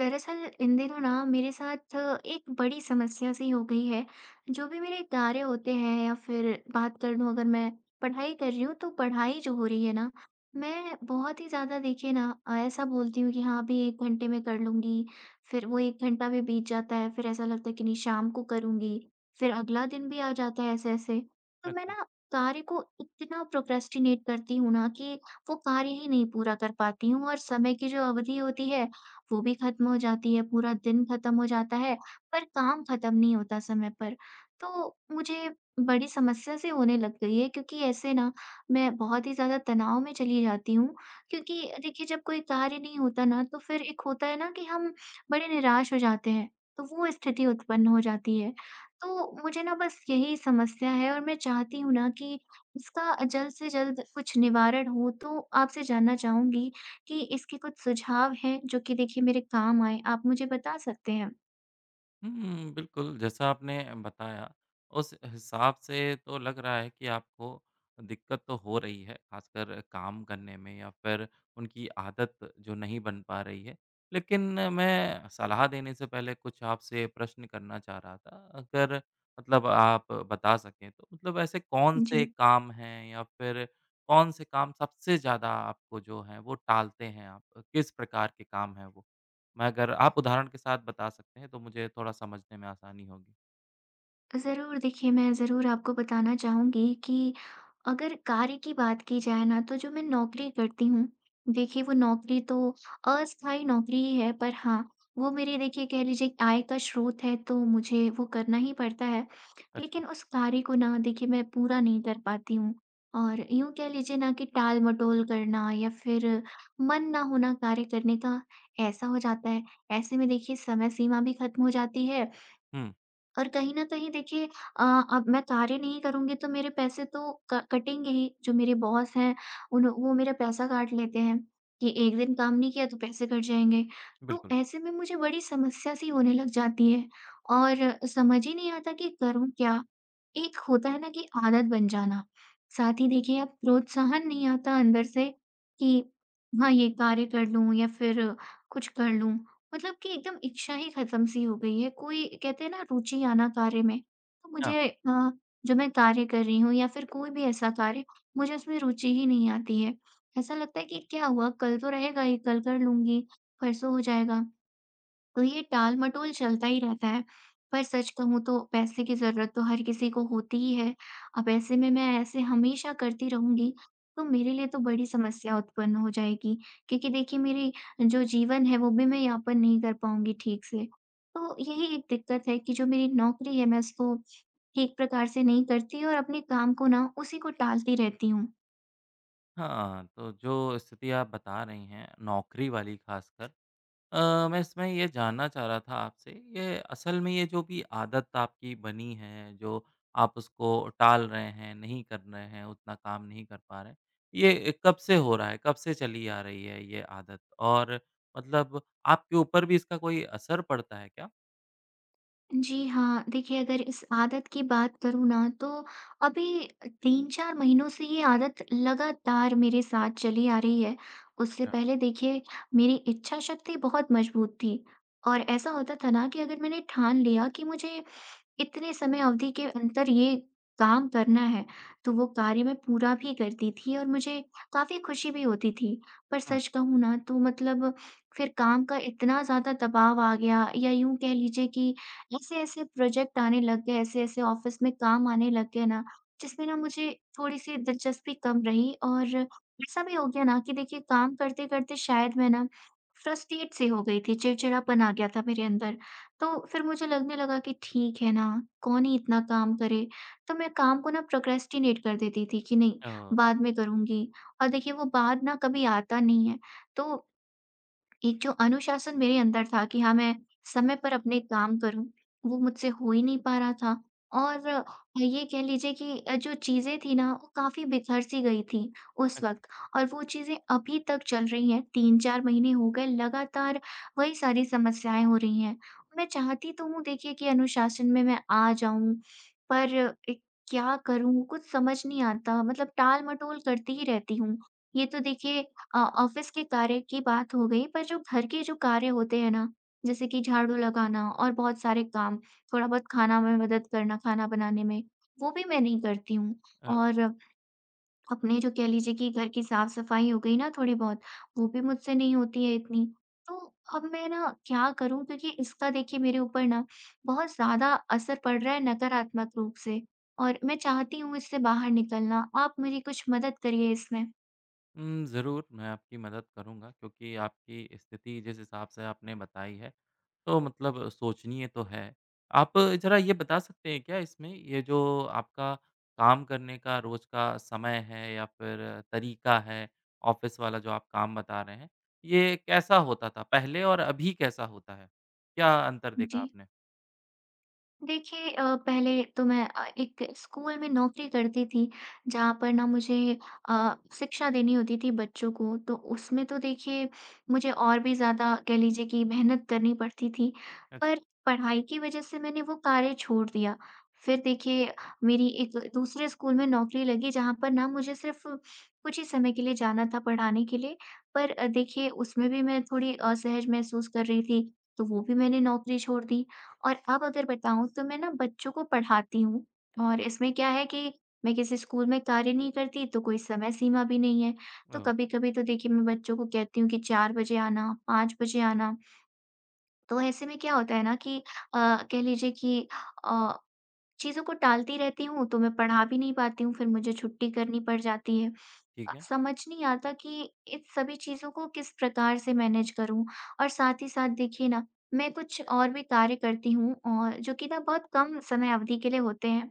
दरअसल इन दिनों ना मेरे साथ एक बड़ी समस्या सी हो गई है। जो भी मेरे कार्य होते हैं या फिर बात कर लूँ अगर मैं पढ़ाई कर रही हूँ तो पढ़ाई जो हो रही है ना, मैं बहुत ही ज़्यादा देखिए ना ऐसा बोलती हूँ कि हाँ अभी एक घंटे में कर लूँगी। फिर वो एक घंटा भी बीत जाता है, फिर ऐसा लगता है कि नहीं शाम को करूँगी, फिर अगला दिन भी आ जाता है ऐसे ऐसे। तो मैं अच्छा। ना कार्य को इतना प्रोक्रेस्टिनेट करती हूँ ना कि वो कार्य ही नहीं पूरा कर पाती हूँ, और समय की जो अवधि होती है वो भी खत्म हो जाती है, पूरा दिन खत्म हो जाता है, पर काम खत्म नहीं होता समय पर। तो मुझे बड़ी समस्या सी होने लग गई है, क्योंकि ऐसे ना मैं बहुत ही ज़्यादा तनाव में चली जाती हूँ। क्योंकि देखिए जब कोई कार्य नहीं होता ना तो फिर एक होता है ना कि हम बड़े निराश हो जाते हैं, तो वो स्थिति उत्पन्न हो जाती है। तो मुझे ना बस यही समस्या है और मैं चाहती हूँ ना कि इसका जल्द से जल्द कुछ निवारण हो, तो आपसे जानना चाहूँगी कि इसके कुछ सुझाव हैं जो कि देखिए मेरे काम आएँ, आप मुझे बता सकते हैं? बिल्कुल, जैसा आपने बताया, उस हिसाब से तो लग रहा है कि आपको दिक्कत तो हो रही है, खासकर काम करने में या फिर उनकी आदत जो नहीं बन पा रही है। लेकिन मैं सलाह देने से पहले कुछ आपसे प्रश्न करना चाह रहा था, अगर मतलब आप बता सकें तो। मतलब ऐसे कौन से जी। काम हैं या फिर कौन से काम सबसे ज़्यादा आपको जो हैं, वो टालते हैं आप? किस प्रकार के काम हैं वो? मगर आप उदाहरण के साथ बता सकते हैं तो मुझे थोड़ा समझने में आसानी होगी। ज़रूर, देखिए मैं ज़रूर आपको बताना चाहूँगी कि अगर कार्य की बात की जाए ना तो जो मैं नौकरी करती हूँ, देखिए वो नौकरी तो अस्थायी नौकरी ही है, पर हाँ, वो मेरी देखिए कह लीजिए आय का स्रोत है, तो मुझे वो करना ही पड़ता है। अच्छा। लेकिन उस कार्य को ना देखिए मैं पूरा नहीं कर पाती हूँ और यूँ कह लीजिए ना कि टाल-मटोल करना या फिर मन ना होना कार्य करने का, ऐसा हो जाता है। ऐसे में देखिए समय सीमा भी खत्म हो जाती है हुँ, और कहीं न कहीं देखिए अ, अब मैं कार्य नहीं करूँगी तो मेरे पैसे तो क कटेंगे ही, जो मेरे बॉस हैं उन वो मेरा पैसा काट लेते हैं, कि एक दिन काम नहीं किया तो पैसे कट जाएँगे। तो बिल्कुल। ऐसे में मुझे बड़ी समस्या सी होने लग जाती है और समझ ही नहीं आता कि करूँ क्या? एक होता है ना कि आदत बन जाना, साथ ही देखिए अब प्रोत्साहन नहीं आता अंदर से कि हाँ, ये कार्य कर लूँ या फिर कुछ कर लूँ। मतलब कि एकदम इच्छा ही खत्म सी हो गई है। कोई कहते हैं ना रुचि आना कार्य में, तो हाँ। मुझे जो मैं कार्य कर रही हूँ या फिर कोई भी ऐसा कार्य, मुझे उसमें रुचि ही नहीं आती है। ऐसा लगता है कि क्या हुआ कल तो रहेगा ही, कल कर लूँगी, परसों हो जाएगा। तो ये टाल-मटोल चलता ही रहता है। पर सच कहूँ तो पैसे की ज़रूरत तो हर किसी को होती ही है। अब ऐसे में मैं ऐसे हमेशा करती रहूँगी, तो मेरे लिए तो बड़ी समस्या उत्पन्न हो जाएगी, क्योंकि देखिए मेरी जो जीवन है, वो भी मैं यापन नहीं कर पाऊँगी ठीक से। तो यही एक दिक्कत है कि जो मेरी नौकरी है, मैं उसको ठीक प्रकार से नहीं करती और अपने काम को ना उसी को टालती रहती हूँ। हाँ, तो जो स्थिति आप बता रही हैं, नौकरी वाली ख़ासकर मैं इसमें ये जानना चाह रहा था आपसे। ये असल में ये जो भी आदत आपकी बनी है, जो आप उसको टाल रहे हैं, नहीं कर रहे हैं, उतना काम नहीं कर पा रहे हैं, ये कब से हो रहा है? कब से चली आ रही है ये आदत? और मतलब आपके ऊपर भी इसका कोई असर पड़ता है क्या? जी हाँ, देखिए अगर इस आदत की बात करूँ ना तो अभी 3-4 महीनों से ये आदत लगातार मेरे साथ चली आ रही है। उससे अच्छा। पहले देखिए मेरी इच्छा शक्ति बहुत मज़बूत थी और ऐसा होता था ना कि अगर मैंने ठान लिया कि मुझे इतने समय अवधि के अंदर ये काम करना है, तो वो कार्य मैं पूरा भी करती थी और मुझे काफ़ी खुशी भी होती थी। पर हुँ। सच कहूँ ना तो मतलब फिर काम का इतना ज़्यादा दबाव आ गया या यूँ कह लीजिए कि ऐसे-ऐसे प्रोजेक्ट आने लग गए, ऐसे-ऐसे ऑफ़िस में काम आने लग गए ना, जिसमें ना मुझे थोड़ी-सी दिलचस्पी कम रही और ऐसा भी हो गया ना कि देखिए काम करते-करते शायद मैं ना फ्रस्ट्रेट सी हो गई थी, चिड़चिड़ापन आ गया था मेरे अंदर। तो फिर मुझे लगने लगा कि ठीक है ना, कौन ही इतना काम करे? तो मैं काम को ना प्रोक्रेस्टिनेट कर देती थी कि नहीं, ओह! बाद में करूँगी, और देखिए वो बाद ना कभी आता नहीं है। तो एक जो अनुशासन मेरे अंदर था कि हाँ, मैं समय पर अपने काम करूँ, वो मुझसे हो ही नहीं पा रहा था। और हाँ, ये कह लीजिए कि जो चीज़ें थी ना, वो काफ़ी बिखर-सी गई थी उस वक़्त, और वो चीज़ें अभी तक चल रही हैं। 3-4 महीने हो गए लगातार वही सारी समस्याएँ हो रही हैं। मैं चाहती तो हूँ देखिए कि अनुशासन में मैं आ जाऊँ, पर एक क्या करूँ कुछ समझ नहीं आता, मतलब टाल-मटोल करती ही रहती हूँ। ये तो देखिए ऑफ़िस के कार्य की बात हो गई, पर जो घर के जो कार्य होते हैं ना, जैसे कि झाड़ू लगाना और बहुत सारे काम, थोड़ा बहुत खाना में मदद करना, खाना बनाने में, वो भी मैं नहीं करती हूँ। अच्छा। और अपने जो कह लीजिए कि घर की साफ-सफाई हो गई ना थोड़ी बहुत, वो भी मुझसे नहीं होती है इतनी। तो अब मैं ना क्या करूँ? क्योंकि इसका देखिए मेरे ऊपर ना बहुत ज़्यादा असर पड़ रहा है नकारात्मक रूप से, और मैं चाहती हूँ इससे बाहर निकलना। आप मेरी कुछ मदद करिए इसमें। ज़रूर मैं आपकी मदद करूँगा क्योंकि आपकी स्थिति जिस हिसाब से आपने बताई है, तो मतलब सोचनीय तो है। आप ज़रा ये बता सकते हैं क्या इसमें ये जो आपका काम करने का रोज़ का समय है या फिर तरीका है, ऑफ़िस वाला जो आप काम बता रहे हैं, ये कैसा होता था पहले और अभी कैसा होता है? क्या अंतर जी। देखा आपने? देखिए पहले तो मैं एक स्कूल में नौकरी करती थी जहाँ पर ना मुझे शिक्षा देनी होती थी बच्चों को, तो उसमें तो देखिए मुझे और भी ज़्यादा कह लीजिए कि मेहनत करनी पड़ती थी, अच्छा, पर पढ़ाई की वजह से मैंने वो कार्य छोड़ दिया। फिर देखिए मेरी एक दूसरे स्कूल में नौकरी लगी जहाँ पर ना मुझे सिर्फ कुछ ही समय के लिए जाना था पढ़ाने के लिए, पर देखिए उसमें भी मैं थोड़ी असहज महसूस कर रही थी, तो वो भी मैंने नौकरी छोड़ दी। और अब अगर बताऊँ तो मैं ना बच्चों को पढ़ाती हूँ, और इसमें क्या है कि मैं किसी स्कूल में कार्य नहीं करती तो कोई समय सीमा भी नहीं है। तो ओह! कभी-कभी तो देखिए मैं बच्चों को कहती हूँ कि 4 बजे आना, 5 बजे आना। तो ऐसे में क्या होता है ना कि अ, कह लीजिए कि अ, चीज़ों को टालती रहती हूँ, तो मैं पढ़ा भी नहीं पाती हूँ, फिर मुझे छुट्टी करनी पड़ जाती है। ठीक है। समझ नहीं आता कि इन सभी चीज़ों को किस प्रकार से मैनेज करूँ। और साथ ही साथ देखिए ना, मैं कुछ और भी कार्य करती हूँ और जो कि ना बहुत कम समय अवधि के लिए होते हैं,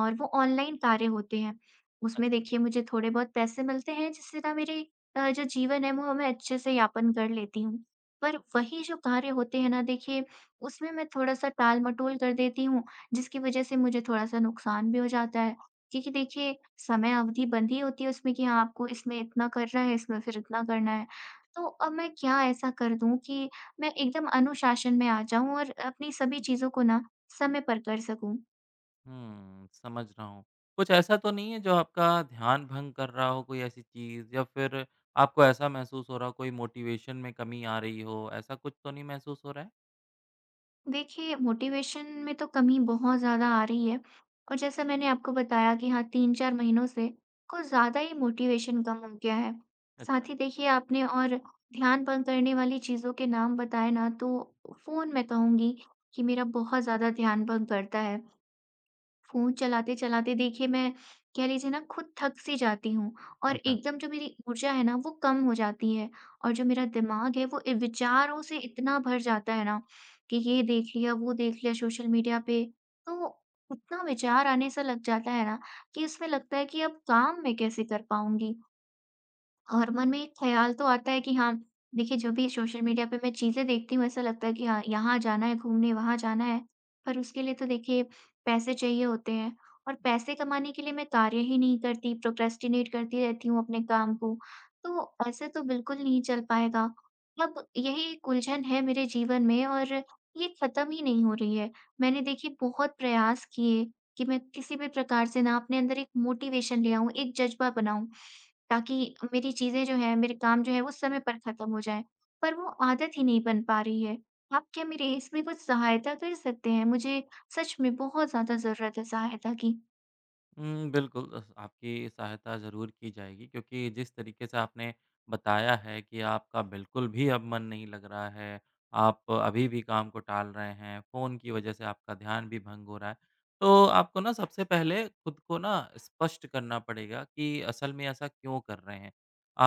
और वो ऑनलाइन कार्य होते हैं। उसमें अच्छा। देखिए मुझे थोड़े बहुत पैसे मिलते हैं जिससे ना मेरे जो जीवन है वो मैं अच्छे से यापन कर लेती हूँ। पर वही जो कार्य होते हैं ना देखिए, उसमें मैं थोड़ा-सा टाल-मटोल कर देती हूँ, जिसकी वज़ह से मुझे थोड़ा-सा नुकसान भी हो जाता है। जी, जी, देखिए समय अवधि बंधी होती है उसमें कि हाँ, आपको इसमें इतना करना है, इसमें फिर इतना करना है। तो अब मैं क्या ऐसा कर दूँ कि मैं एकदम अनुशासन में आ जाऊँ और अपनी सभी चीज़ों को ना समय पर कर सकूँ? समझ रहा हूँ। कुछ ऐसा तो नहीं है जो आपका ध्यान भंग कर रहा हो, कोई ऐसी चीज़, या फिर आपको ऐसा महसूस हो रहा हो कोई मोटिवेशन में कमी आ रही हो, ऐसा कुछ तो नहीं महसूस हो रहा है? देखिए, मोटिवेशन में तो कमी बहुत ज़्यादा आ रही है, और जैसा मैंने आपको बताया कि हाँ, 3-4 महीनों से कुछ ज़्यादा ही मोटिवेशन कम हो गया है। अच्छा। साथ ही देखिए, आपने और ध्यान भंग करने वाली चीज़ों के नाम बताए ना, तो फ़ोन मैं कहूँगी कि मेरा बहुत ज़्यादा ध्यान भंग करता है। फ़ोन चलाते-चलाते देखिए मैं कह लीजिए ना खुद थक-सी जाती हूँ, और अच्छा। एकदम जो मेरी ऊर्जा है ना वो कम हो जाती है, और जो मेरा दिमाग है वो इ विचारों से इतना भर जाता है ना कि ये देख लिया, वो देख लिया सोशल मीडिया पे। तो इतना विचार आने सा लग जाता है ना कि इसमें लगता है कि अब काम मैं कैसे कर पाऊँगी? और मन में एक ख़्याल तो आता है कि हाँ, देखिए जो भी सोशल मीडिया पे मैं चीज़ें देखती हूँ, ऐसा लगता है कि हाँ, यहाँ जाना है घूमने, वहाँ जाना है। पर उसके लिए तो देखिए पैसे चाहिए होते हैं, और पैसे कमाने के लिए मैं कार्य ही नहीं करती, प्रोक्रेस्टिनेट करती रहती हूँ अपने काम को। तो ऐसे तो बिल्कुल नहीं चल पाएगा। अब यही एक उलझन है मेरे जीवन में और ये ख़त्म ही नहीं हो रही है। मैंने देखिए बहुत प्रयास किए कि मैं किसी भी प्रकार से ना अपने अंदर एक मोटिवेशन ले आऊँ, एक जज़्बा बनाऊँ। ताकि मेरी चीज़ें जो हैं, मेरे काम जो है वो समय पर ख़त्म हो जाएँ। पर वो आदत ही नहीं बन पा रही है। आप क्या मेरे इसमें कुछ सहायता कर सकते हैं? मुझे सच में बहुत ज़्यादा ज़रूरत है सहायता की। बिल्कुल अस आपकी सहायता ज़रूर की जाएगी क्योंकि जिस तरीके से आपने बताया है कि आपका बिल्कुल भी अब मन नहीं लग रहा है, आप अभी भी काम को टाल रहे हैं, फ़ोन की वजह से आपका ध्यान भी भंग हो रहा है। तो आपको ना सबसे पहले खुद को ना स्पष्ट करना पड़ेगा कि असल में ऐसा क्यों कर रहे हैं।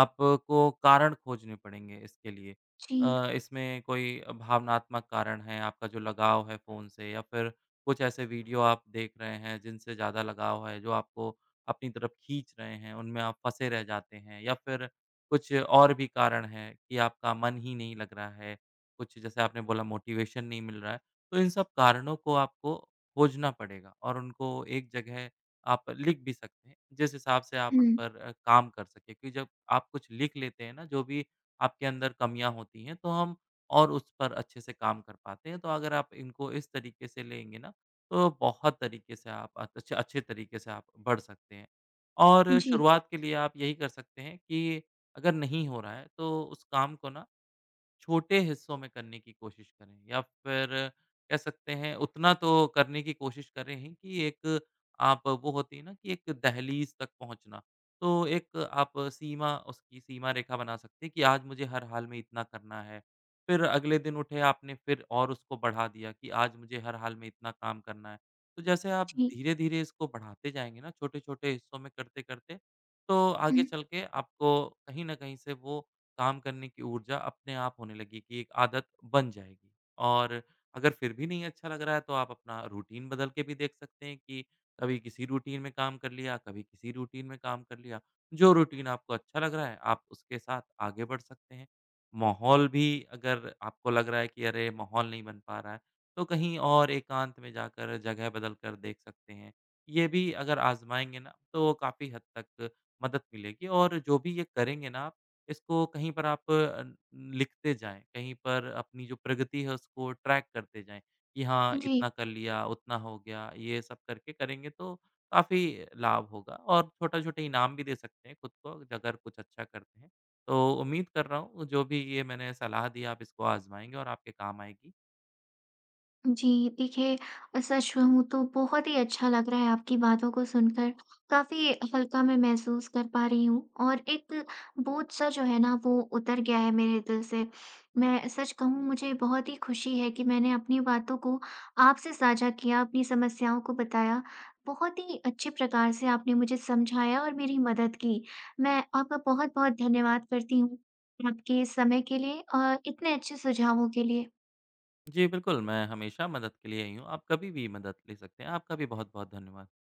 आपको कारण खोजने पड़ेंगे इसके लिए। जी। इसमें कोई भावनात्मक कारण है, आपका जो लगाव है फ़ोन से, या फिर कुछ ऐसे वीडियो आप देख रहे हैं जिनसे ज़्यादा लगाव है, जो आपको अपनी तरफ खींच रहे हैं, उनमें आप फँसे रह जाते हैं, या फिर कुछ और भी कारण हैं कि आपका मन ही नहीं लग रहा है, कुछ जैसे आपने बोला मोटिवेशन नहीं मिल रहा है, तो इन सब कारणों को आपको खोजना पड़ेगा और उनको एक जगह आप लिख भी सकते हैं, जिस हिसाब से आप हुँ। उन पर काम कर सकें। क्योंकि जब आप कुछ लिख लेते हैं ना, जो भी आपके अंदर कमियाँ होती हैं, तो हम और उस पर अच्छे से काम कर पाते हैं। तो अगर आप इनको इस तरीके से लेंगे ना, तो बहुत तरीके से आप अच्छे अच्छे तरीके से आप बढ़ सकते हैं। और जी, शुरुआत के लिए आप यही कर सकते हैं कि अगर नहीं हो रहा है, तो उस काम को ना छोटे हिस्सों में करने की कोशिश करें, या फिर कह सकते हैं उतना तो करने की कोशिश करें ही, कि एक आप, वो होती है ना, कि एक दहलीज़ तक पहुँचना। तो एक आप सीमा, उसकी सीमा रेखा बना सकते हैं कि आज मुझे हर हाल में इतना करना है। फिर अगले दिन उठे आपने, फिर और उसको बढ़ा दिया कि आज मुझे हर हाल में इतना काम करना है। तो जैसे आप जी। धीरे-धीरे इसको बढ़ाते जाएँगे ना, छोटे-छोटे हिस्सों में करते-करते, तो हुँ, आगे चल के आपको कहीं न कहीं से वो काम करने की ऊर्जा अपने आप होने लगी, कि एक आदत बन जाएगी। और अगर फिर भी नहीं अच्छा लग रहा है, तो आप अपना रूटीन बदल के भी देख सकते हैं कि कभी किसी रूटीन में काम कर लिया, कभी किसी रूटीन में काम कर लिया। जो रूटीन आपको अच्छा लग रहा है, आप उसके साथ आगे बढ़ सकते हैं। माहौल भी, अगर आपको लग रहा है कि अरे! माहौल नहीं बन पा रहा है, तो कहीं और एकांत में जाकर जगह बदल कर देख सकते हैं। ये भी अगर आज़माएँगे ना, तो काफ़ी हद तक मदद मिलेगी। और जो भी ये करेंगे ना आप, इसको कहीं पर आप लिखते जाएँ, कहीं पर अपनी जो प्रगति है उसको ट्रैक करते जाएँ, कि हाँ, जी। इतना कर लिया, उतना हो गया। ये सब करके करेंगे तो काफ़ी लाभ होगा। और छोटे-छोटे इनाम भी दे सकते हैं खुद को, अगर कुछ अच्छा करते हैं। तो उम्मीद कर रहा हूँ जो भी ये मैंने सलाह दी, आप इसको आज़माएँगे और आपके काम आएगी। जी, देखिए सच कहूँ तो बहुत ही अच्छा लग रहा है आपकी बातों को सुनकर। काफ़ी हल्का मैं महसूस कर पा रही हूँ और एक बोझ-सा जो है ना वो उतर गया है मेरे दिल से। मैं सच कहूँ मुझे बहुत ही खुशी है कि मैंने अपनी बातों को आपसे साझा किया, अपनी समस्याओं को बताया। बहुत ही अच्छे प्रकार से आपने मुझे समझाया और मेरी मदद की। मैं आपका बहुत-बहुत धन्यवाद करती हूँ, आपके इस समय के लिए और इतने अच्छे सुझावों के लिए। जी, बिल्कुल, मैं हमेशा मदद के लिए यहीं हूँ, आप कभी भी मदद ले सकते हैं। आपका भी बहुत-बहुत धन्यवाद।